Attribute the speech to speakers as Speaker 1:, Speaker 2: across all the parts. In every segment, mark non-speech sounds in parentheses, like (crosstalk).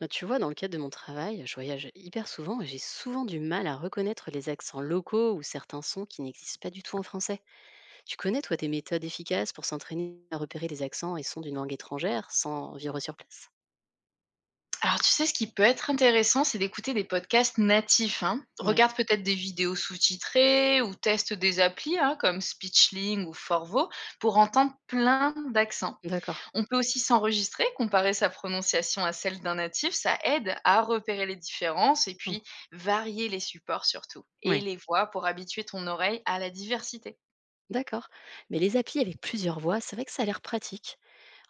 Speaker 1: Bah, tu vois, dans le cadre de mon travail, je voyage hyper souvent et j'ai souvent du mal à reconnaître les accents locaux ou certains sons qui n'existent pas du tout en français. Tu connais, toi, des méthodes efficaces pour s'entraîner à repérer les accents et sons d'une langue étrangère sans vivre sur place.
Speaker 2: Alors, tu sais, ce qui peut être intéressant, c'est d'écouter des podcasts natifs, hein.
Speaker 1: Ouais,
Speaker 2: Regarde peut-être des vidéos sous-titrées ou teste des applis, hein, comme Speechling ou Forvo pour entendre plein d'accents.
Speaker 1: d'accord.
Speaker 2: On peut aussi s'enregistrer, comparer sa prononciation à celle d'un natif. Ça aide à repérer les différences, et
Speaker 1: Hmm.
Speaker 2: puis varier les supports surtout et
Speaker 1: Ouais,
Speaker 2: les voix pour habituer ton oreille à la diversité.
Speaker 1: d'accord. Mais les applis avec plusieurs voix, c'est vrai que ça a l'air pratique.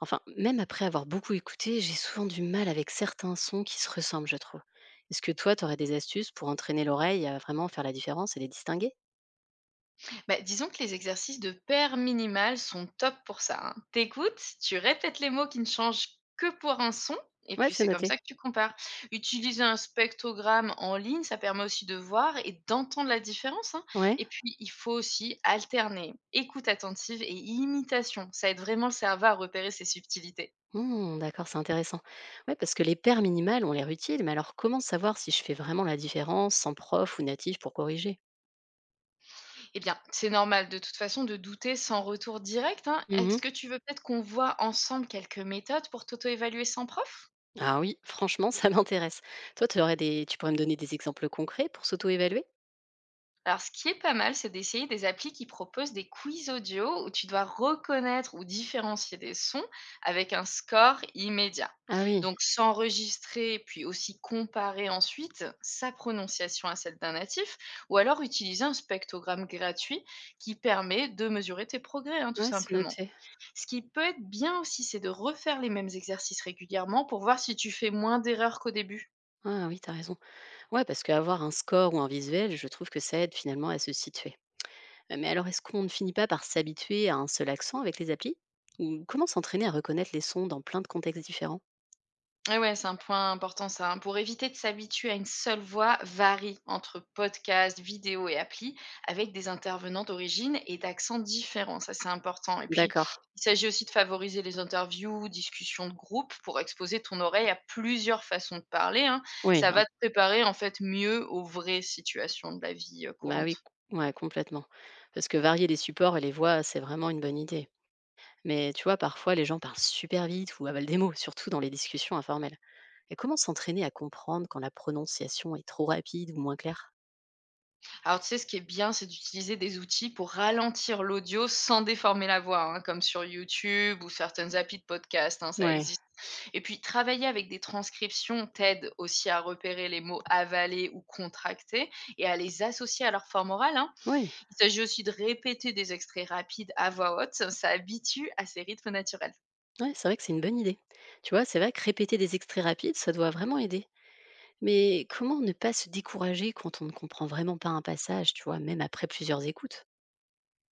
Speaker 1: Enfin, même après avoir beaucoup écouté, j'ai souvent du mal avec certains sons qui se ressemblent, je trouve. Est-ce que toi, tu aurais des astuces pour entraîner l'oreille à vraiment faire la différence et les distinguer?
Speaker 2: Bah, disons que les exercices de paire minimale sont top pour ça, hein. T'écoutes, tu répètes les mots qui ne changent que pour un son, et
Speaker 1: Ouais,
Speaker 2: puis
Speaker 1: c'est
Speaker 2: c'est comme
Speaker 1: noté.
Speaker 2: ça que tu compares. Utiliser un spectrogramme en ligne, ça permet aussi de voir et d'entendre la différence, hein.
Speaker 1: Ouais.
Speaker 2: Et puis, il faut aussi alterner écoute attentive et imitation. Ça aide vraiment le cerveau à repérer ses subtilités.
Speaker 1: Mmh, d'accord, c'est intéressant. Ouais, parce que les paires minimales ont l'air utiles, mais alors comment savoir si je fais vraiment la différence sans prof ou natif pour corriger?
Speaker 2: Eh bien, c'est normal de toute façon de douter sans retour direct, hein.
Speaker 1: Mhm.
Speaker 2: Est-ce que tu veux peut-être qu'on voit ensemble quelques méthodes pour t'auto-évaluer sans prof?
Speaker 1: Ah oui, franchement, ça (laughs) m'intéresse. Toi, tu aurais des... tu pourrais me donner des exemples concrets pour s'auto-évaluer?
Speaker 2: Alors, ce qui est pas mal, c'est d'essayer des applis qui proposent des quiz audio où tu dois reconnaître ou différencier des sons avec un score immédiat.
Speaker 1: Ah oui,
Speaker 2: Donc, s'enregistrer, puis aussi comparer ensuite sa prononciation à celle d'un natif, ou alors utiliser un spectrogramme gratuit qui permet de mesurer tes progrès, hein, tout
Speaker 1: ouais, c'est
Speaker 2: simplement.
Speaker 1: noté.
Speaker 2: Ce qui peut être bien aussi, c'est de refaire les mêmes exercices régulièrement pour voir si tu fais moins d'erreurs qu'au début.
Speaker 1: Ah oui, t'as raison. Ouais, parce qu'avoir un score ou un visuel, je trouve que ça aide finalement à se situer. Mais alors, est-ce qu'on ne finit pas par s'habituer à un seul accent avec les applis? Ou comment s'entraîner à reconnaître les sons dans plein de contextes différents?
Speaker 2: Ah ouais, c'est un point important ça, hein. Pour éviter de s'habituer à une seule voix, varie entre podcasts, vidéos et applis avec des intervenants d'origine et d'accents différents. Ça, c'est important. Et puis,
Speaker 1: D'accord.
Speaker 2: il s'agit aussi de favoriser les interviews, discussions de groupe pour exposer ton oreille à plusieurs façons de parler, hein.
Speaker 1: Oui.
Speaker 2: Ça va te préparer en fait mieux aux vraies situations de la vie
Speaker 1: Bah oui,
Speaker 2: courante.
Speaker 1: ouais, complètement. Parce que varier les supports et les voix, c'est vraiment une bonne idée. Mais tu vois, parfois, les gens parlent super vite ou avalent des mots, surtout dans les discussions informelles. Et comment s'entraîner à comprendre quand la prononciation est trop rapide ou moins claire?
Speaker 2: Alors, tu sais, ce qui est bien, c'est d'utiliser des outils pour ralentir l'audio sans déformer la voix, hein, comme sur YouTube ou certaines applis de podcast, hein, ça
Speaker 1: Ouais,
Speaker 2: existe. Et puis, travailler avec des transcriptions t'aide aussi à repérer les mots avalés ou contractés et à les associer à leur forme orale, hein.
Speaker 1: ouais,
Speaker 2: Il s'agit aussi de répéter des extraits rapides à voix haute, ça habitue à ces rythmes naturels.
Speaker 1: ouais, c'est vrai que c'est une bonne idée. Tu vois, c'est vrai que répéter des extraits rapides, ça doit vraiment aider. Mais comment ne pas se décourager quand on ne comprend vraiment pas un passage, tu vois, même après plusieurs écoutes?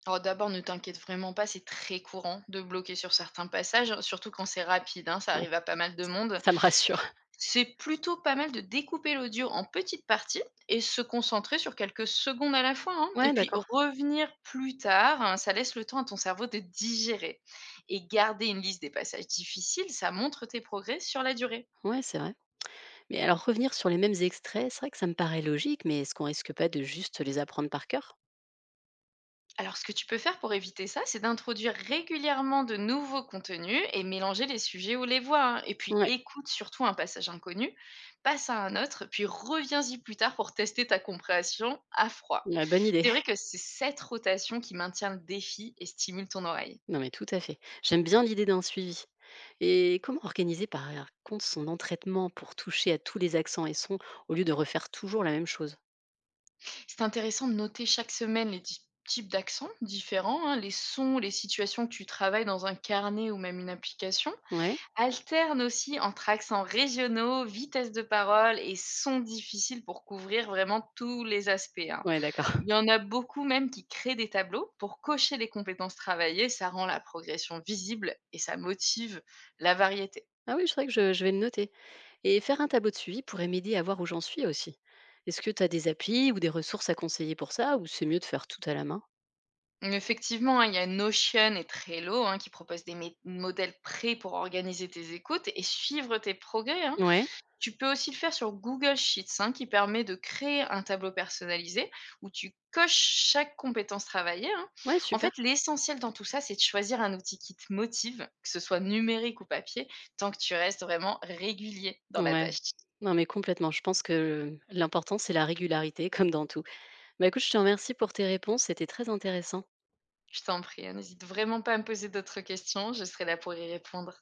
Speaker 2: Alors d'abord, ne t'inquiète vraiment pas, c'est très courant de bloquer sur certains passages, hein, surtout quand c'est rapide, hein, ça
Speaker 1: Ouais.
Speaker 2: arrive à pas mal de monde.
Speaker 1: Ça me rassure.
Speaker 2: C'est plutôt pas mal de découper l'audio en petites parties et se concentrer sur quelques secondes à la fois, hein. Et
Speaker 1: Ouais,
Speaker 2: puis
Speaker 1: d'accord.
Speaker 2: revenir plus tard, hein, ça laisse le temps à ton cerveau de digérer. Et garder une liste des passages difficiles, ça montre tes progrès sur la durée.
Speaker 1: Ouais, c'est vrai. Mais alors revenir sur les mêmes extraits, c'est vrai que ça me paraît logique, mais est-ce qu'on risque pas de juste les apprendre par cœur?
Speaker 2: Alors, ce que tu peux faire pour éviter ça, c'est d'introduire régulièrement de nouveaux contenus et mélanger les sujets ou les voix, hein. Et puis,
Speaker 1: Ouais,
Speaker 2: écoute surtout un passage inconnu, passe à un autre, puis reviens-y plus tard pour tester ta compréhension à froid.
Speaker 1: ouais, bonne idée.
Speaker 2: C'est vrai que
Speaker 1: (laughs)
Speaker 2: c'est cette rotation qui maintient le défi et stimule ton oreille.
Speaker 1: Non mais tout à fait. J'aime bien l'idée d'un suivi. Et comment organiser par contre son entraînement pour toucher à tous les accents et sons au lieu de refaire toujours la même chose?
Speaker 2: C'est intéressant de noter chaque semaine les types d'accents différents, hein, les sons, les situations que tu travailles dans un carnet ou même une application.
Speaker 1: Ouais,
Speaker 2: Alterne aussi entre accents régionaux, vitesse de parole et sons difficiles pour couvrir vraiment tous les aspects, hein.
Speaker 1: ouais, d'accord.
Speaker 2: Il y
Speaker 1: (laughs)
Speaker 2: en a beaucoup même qui créent des tableaux pour cocher les compétences travaillées, ça rend la progression visible et ça motive la variété.
Speaker 1: Ah oui, c'est vrai que je vais le noter. Et faire un tableau de suivi pourrait m'aider à voir où j'en suis aussi. Est-ce que tu as des applis ou des ressources à conseiller pour ça, ou c'est mieux de faire tout à la main?
Speaker 2: Effectivement, hein, il y a Notion et Trello, hein, qui proposent des modèles prêts pour organiser tes écoutes et suivre tes progrès, hein.
Speaker 1: Ouais,
Speaker 2: Tu peux aussi le faire sur Google Sheets, hein, qui permet de créer un tableau personnalisé où tu coches chaque compétence travaillée, hein.
Speaker 1: ouais,
Speaker 2: En
Speaker 1: super.
Speaker 2: fait, l'essentiel dans tout ça, c'est de choisir un outil qui te motive, que ce soit numérique ou papier, tant que tu restes vraiment régulier dans la
Speaker 1: Ouais.
Speaker 2: tâche.
Speaker 1: Non, mais complètement. Je pense que l'important, c'est la régularité, (laughs) comme dans tout. Bah, écoute, je te remercie pour tes réponses. C'était très intéressant.
Speaker 2: Je t'en prie, hein, n'hésite vraiment pas à me poser d'autres questions, je serai là pour y répondre.